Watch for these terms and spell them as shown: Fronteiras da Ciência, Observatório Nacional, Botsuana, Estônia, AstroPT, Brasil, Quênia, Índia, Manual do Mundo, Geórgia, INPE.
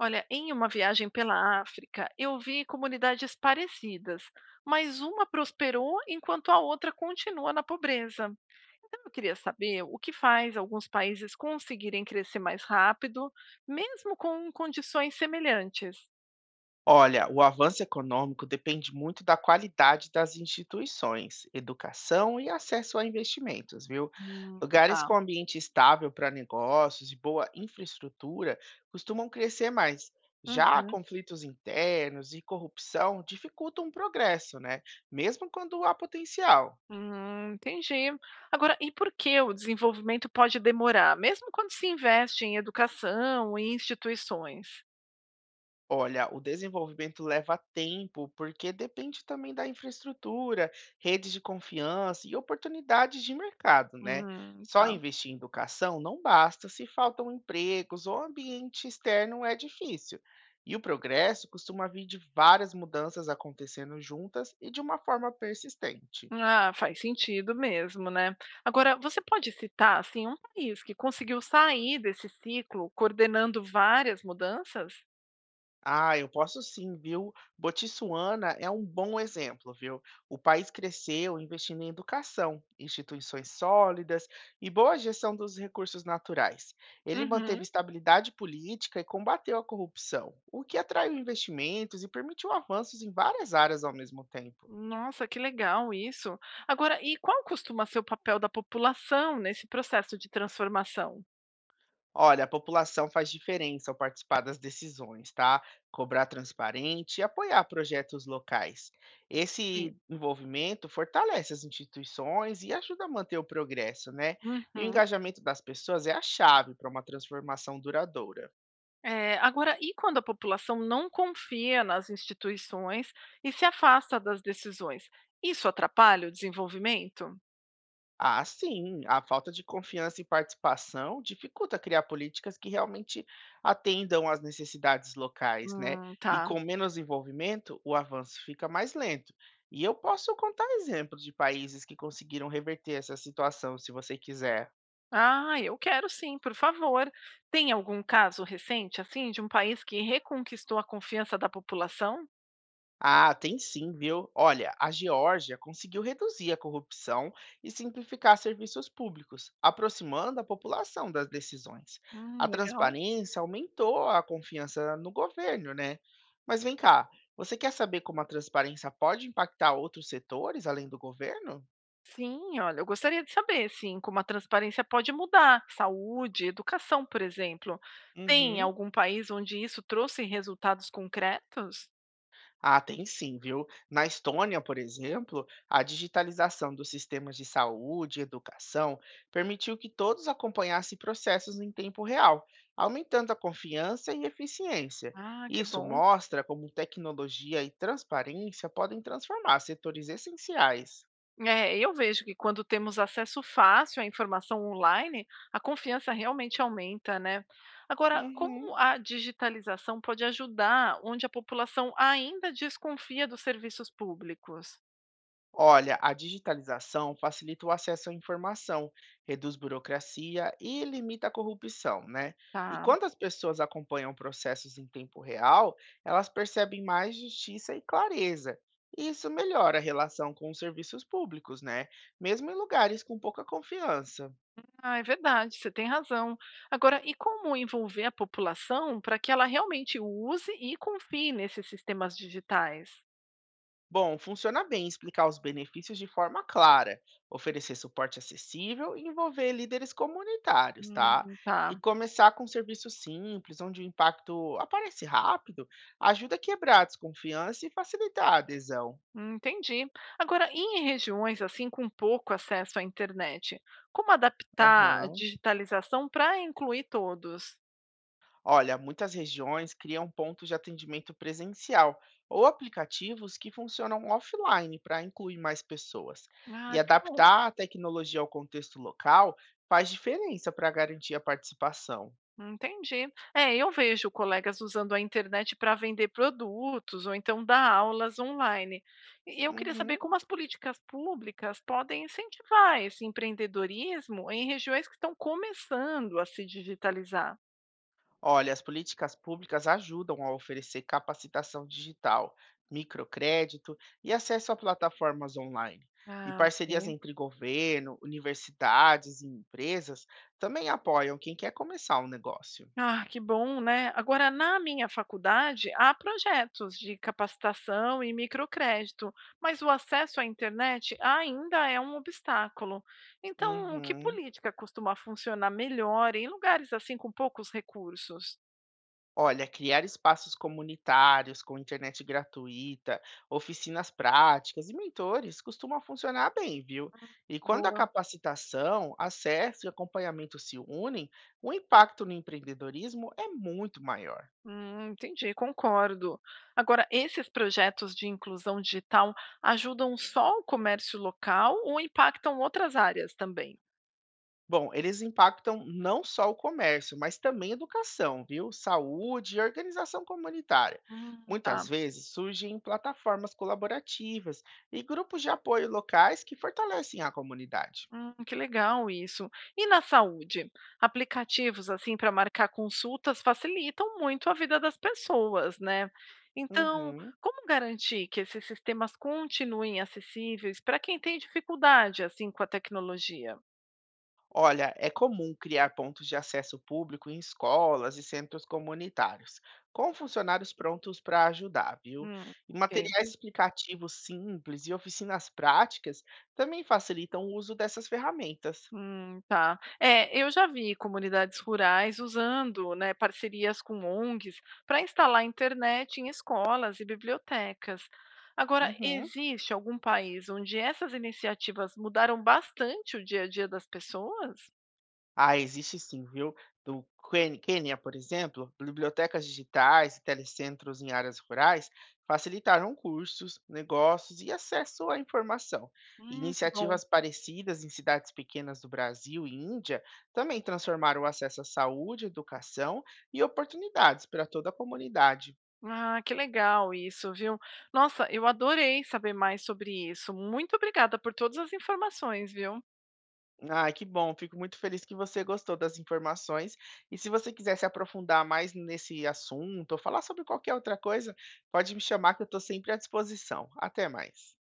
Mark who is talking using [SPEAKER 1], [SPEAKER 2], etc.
[SPEAKER 1] Olha, em uma viagem pela África, eu vi comunidades parecidas, mas uma prosperou enquanto a outra continua na pobreza. Então, eu queria saber o que faz alguns países conseguirem crescer mais rápido, mesmo com condições semelhantes.
[SPEAKER 2] Olha, o avanço econômico depende muito da qualidade das instituições, educação e acesso a investimentos, viu? Lugares
[SPEAKER 1] Tá.
[SPEAKER 2] com ambiente estável para negócios e boa infraestrutura costumam crescer mais. Já
[SPEAKER 1] Uhum.
[SPEAKER 2] conflitos internos e corrupção dificultam o progresso, né? Mesmo quando há potencial.
[SPEAKER 1] Entendi. Agora, e por que o desenvolvimento pode demorar, mesmo quando se investe em educação e instituições?
[SPEAKER 2] Olha, o desenvolvimento leva tempo, porque depende também da infraestrutura, redes de confiança e oportunidades de mercado, né? Só
[SPEAKER 1] Tá.
[SPEAKER 2] investir em educação não basta se faltam empregos ou ambiente externo é difícil. E o progresso costuma vir de várias mudanças acontecendo juntas e de uma forma persistente.
[SPEAKER 1] Ah, faz sentido mesmo, né? Agora, você pode citar assim um país que conseguiu sair desse ciclo coordenando várias mudanças?
[SPEAKER 2] Ah, eu posso sim, viu? Botsuana é um bom exemplo, viu? O país cresceu investindo em educação, instituições sólidas e boa gestão dos recursos naturais. Ele manteve
[SPEAKER 1] Uhum.
[SPEAKER 2] estabilidade política e combateu a corrupção, o que atraiu investimentos e permitiu avanços em várias áreas ao mesmo tempo.
[SPEAKER 1] Nossa, que legal isso. Agora, e qual costuma ser o papel da população nesse processo de transformação?
[SPEAKER 2] Olha, a população faz diferença ao participar das decisões, tá? Cobrar transparente e apoiar projetos locais.
[SPEAKER 1] Sim.
[SPEAKER 2] Esse envolvimento fortalece as instituições e ajuda a manter o progresso, né? E o
[SPEAKER 1] Uhum.
[SPEAKER 2] engajamento das pessoas é a chave para uma transformação duradoura.
[SPEAKER 1] É, agora, e quando a população não confia nas instituições e se afasta das decisões? Isso atrapalha o desenvolvimento?
[SPEAKER 2] Ah, sim, a falta de confiança e participação dificulta criar políticas que realmente atendam às necessidades locais, né? E
[SPEAKER 1] Tá.
[SPEAKER 2] com menos envolvimento, o avanço fica mais lento. E eu posso contar exemplos de países que conseguiram reverter essa situação, se você quiser.
[SPEAKER 1] Ah, eu quero sim, por favor. Tem algum caso recente, assim, de um país que reconquistou a confiança da população?
[SPEAKER 2] Ah, tem sim, viu? Olha, a Geórgia conseguiu reduzir a corrupção e simplificar serviços públicos, aproximando a população das decisões. A
[SPEAKER 1] Legal.
[SPEAKER 2] transparência aumentou a confiança no governo, né? Mas vem cá, você quer saber como a transparência pode impactar outros setores além do governo?
[SPEAKER 1] Sim, olha, eu gostaria de saber, sim, como a transparência pode mudar saúde, educação, por exemplo. Tem
[SPEAKER 2] Uhum.
[SPEAKER 1] algum país onde isso trouxe resultados concretos?
[SPEAKER 2] Ah, tem sim, viu? Na Estônia, por exemplo, a digitalização dos sistemas de saúde e educação permitiu que todos acompanhassem processos em tempo real, aumentando a confiança e eficiência.
[SPEAKER 1] Ah, que
[SPEAKER 2] Isso
[SPEAKER 1] bom.
[SPEAKER 2] mostra como tecnologia e transparência podem transformar setores essenciais.
[SPEAKER 1] É, eu vejo que quando temos acesso fácil à informação online, a confiança realmente aumenta, né? Agora,
[SPEAKER 2] Uhum.
[SPEAKER 1] como a digitalização pode ajudar onde a população ainda desconfia dos serviços públicos?
[SPEAKER 2] Olha, a digitalização facilita o acesso à informação, reduz burocracia e limita a corrupção, né? E
[SPEAKER 1] Tá.
[SPEAKER 2] quando as pessoas acompanham processos em tempo real, elas percebem mais justiça e clareza. E isso melhora a relação com os serviços públicos, né? Mesmo em lugares com pouca confiança.
[SPEAKER 1] Ah, é verdade, você tem razão. Agora, e como envolver a população para que ela realmente use e confie nesses sistemas digitais?
[SPEAKER 2] Bom, funciona bem explicar os benefícios de forma clara, oferecer suporte acessível e envolver líderes comunitários, tá?
[SPEAKER 1] Hum,
[SPEAKER 2] E
[SPEAKER 1] tá.
[SPEAKER 2] começar com serviços simples, onde o impacto aparece rápido, ajuda a quebrar a desconfiança e facilitar a adesão.
[SPEAKER 1] Entendi. Agora, em regiões assim com pouco acesso à internet, como adaptar a
[SPEAKER 2] Aham.
[SPEAKER 1] digitalização para incluir todos?
[SPEAKER 2] Olha, muitas regiões criam pontos de atendimento presencial ou aplicativos que funcionam offline para incluir mais pessoas.
[SPEAKER 1] Ah,
[SPEAKER 2] E
[SPEAKER 1] que bom.
[SPEAKER 2] adaptar a tecnologia ao contexto local faz diferença para garantir a participação.
[SPEAKER 1] Entendi. É, eu vejo colegas usando a internet para vender produtos ou então dar aulas online. E eu queria saber
[SPEAKER 2] Uhum.
[SPEAKER 1] como as políticas públicas podem incentivar esse empreendedorismo em regiões que estão começando a se digitalizar.
[SPEAKER 2] Olha, as políticas públicas ajudam a oferecer capacitação digital, microcrédito e acesso a plataformas online. E
[SPEAKER 1] Ah,
[SPEAKER 2] parcerias
[SPEAKER 1] ok.
[SPEAKER 2] entre governo, universidades e empresas também apoiam quem quer começar um negócio.
[SPEAKER 1] Ah, que bom, né? Agora, na minha faculdade, há projetos de capacitação e microcrédito, mas o acesso à internet ainda é um obstáculo. Então, que
[SPEAKER 2] Uhum.
[SPEAKER 1] política costuma funcionar melhor em lugares assim com poucos recursos?
[SPEAKER 2] Olha, criar espaços comunitários com internet gratuita, oficinas práticas e mentores costuma funcionar bem, viu?
[SPEAKER 1] Hum,
[SPEAKER 2] E quando a
[SPEAKER 1] Boa.
[SPEAKER 2] capacitação, acesso e acompanhamento se unem, o impacto no empreendedorismo é muito maior.
[SPEAKER 1] Entendi, concordo. Agora, esses projetos de inclusão digital ajudam só o comércio local ou impactam outras áreas também?
[SPEAKER 2] Bom, eles impactam não só o comércio, mas também educação, viu? Saúde e organização comunitária.
[SPEAKER 1] Tá.
[SPEAKER 2] Muitas vezes surgem plataformas colaborativas e grupos de apoio locais que fortalecem a comunidade.
[SPEAKER 1] Que legal isso. E na saúde? Aplicativos assim para marcar consultas facilitam muito a vida das pessoas, né? Então,
[SPEAKER 2] Uhum.
[SPEAKER 1] como garantir que esses sistemas continuem acessíveis para quem tem dificuldade assim com a tecnologia?
[SPEAKER 2] Olha, é comum criar pontos de acesso público em escolas e centros comunitários, com funcionários prontos para ajudar, viu?
[SPEAKER 1] Hum,
[SPEAKER 2] E
[SPEAKER 1] ok.
[SPEAKER 2] materiais explicativos simples e oficinas práticas também facilitam o uso dessas ferramentas.
[SPEAKER 1] Tá. É, eu já vi comunidades rurais usando, né, parcerias com ONGs para instalar internet em escolas e bibliotecas. Agora,
[SPEAKER 2] Uhum.
[SPEAKER 1] existe algum país onde essas iniciativas mudaram bastante o dia a dia das pessoas?
[SPEAKER 2] Ah, existe sim, viu? Quênia, por exemplo, bibliotecas digitais e telecentros em áreas rurais facilitaram cursos, negócios e acesso à informação.
[SPEAKER 1] Que bom.
[SPEAKER 2] Iniciativas parecidas em cidades pequenas do Brasil e Índia também transformaram o acesso à saúde, educação e oportunidades para toda a comunidade.
[SPEAKER 1] Ah, que legal isso, viu? Nossa, eu adorei saber mais sobre isso. Muito obrigada por todas as informações, viu?
[SPEAKER 2] Ah, que bom, fico muito feliz que você gostou das informações. E se você quiser se aprofundar mais nesse assunto ou falar sobre qualquer outra coisa, pode me chamar que eu estou sempre à disposição. Até mais.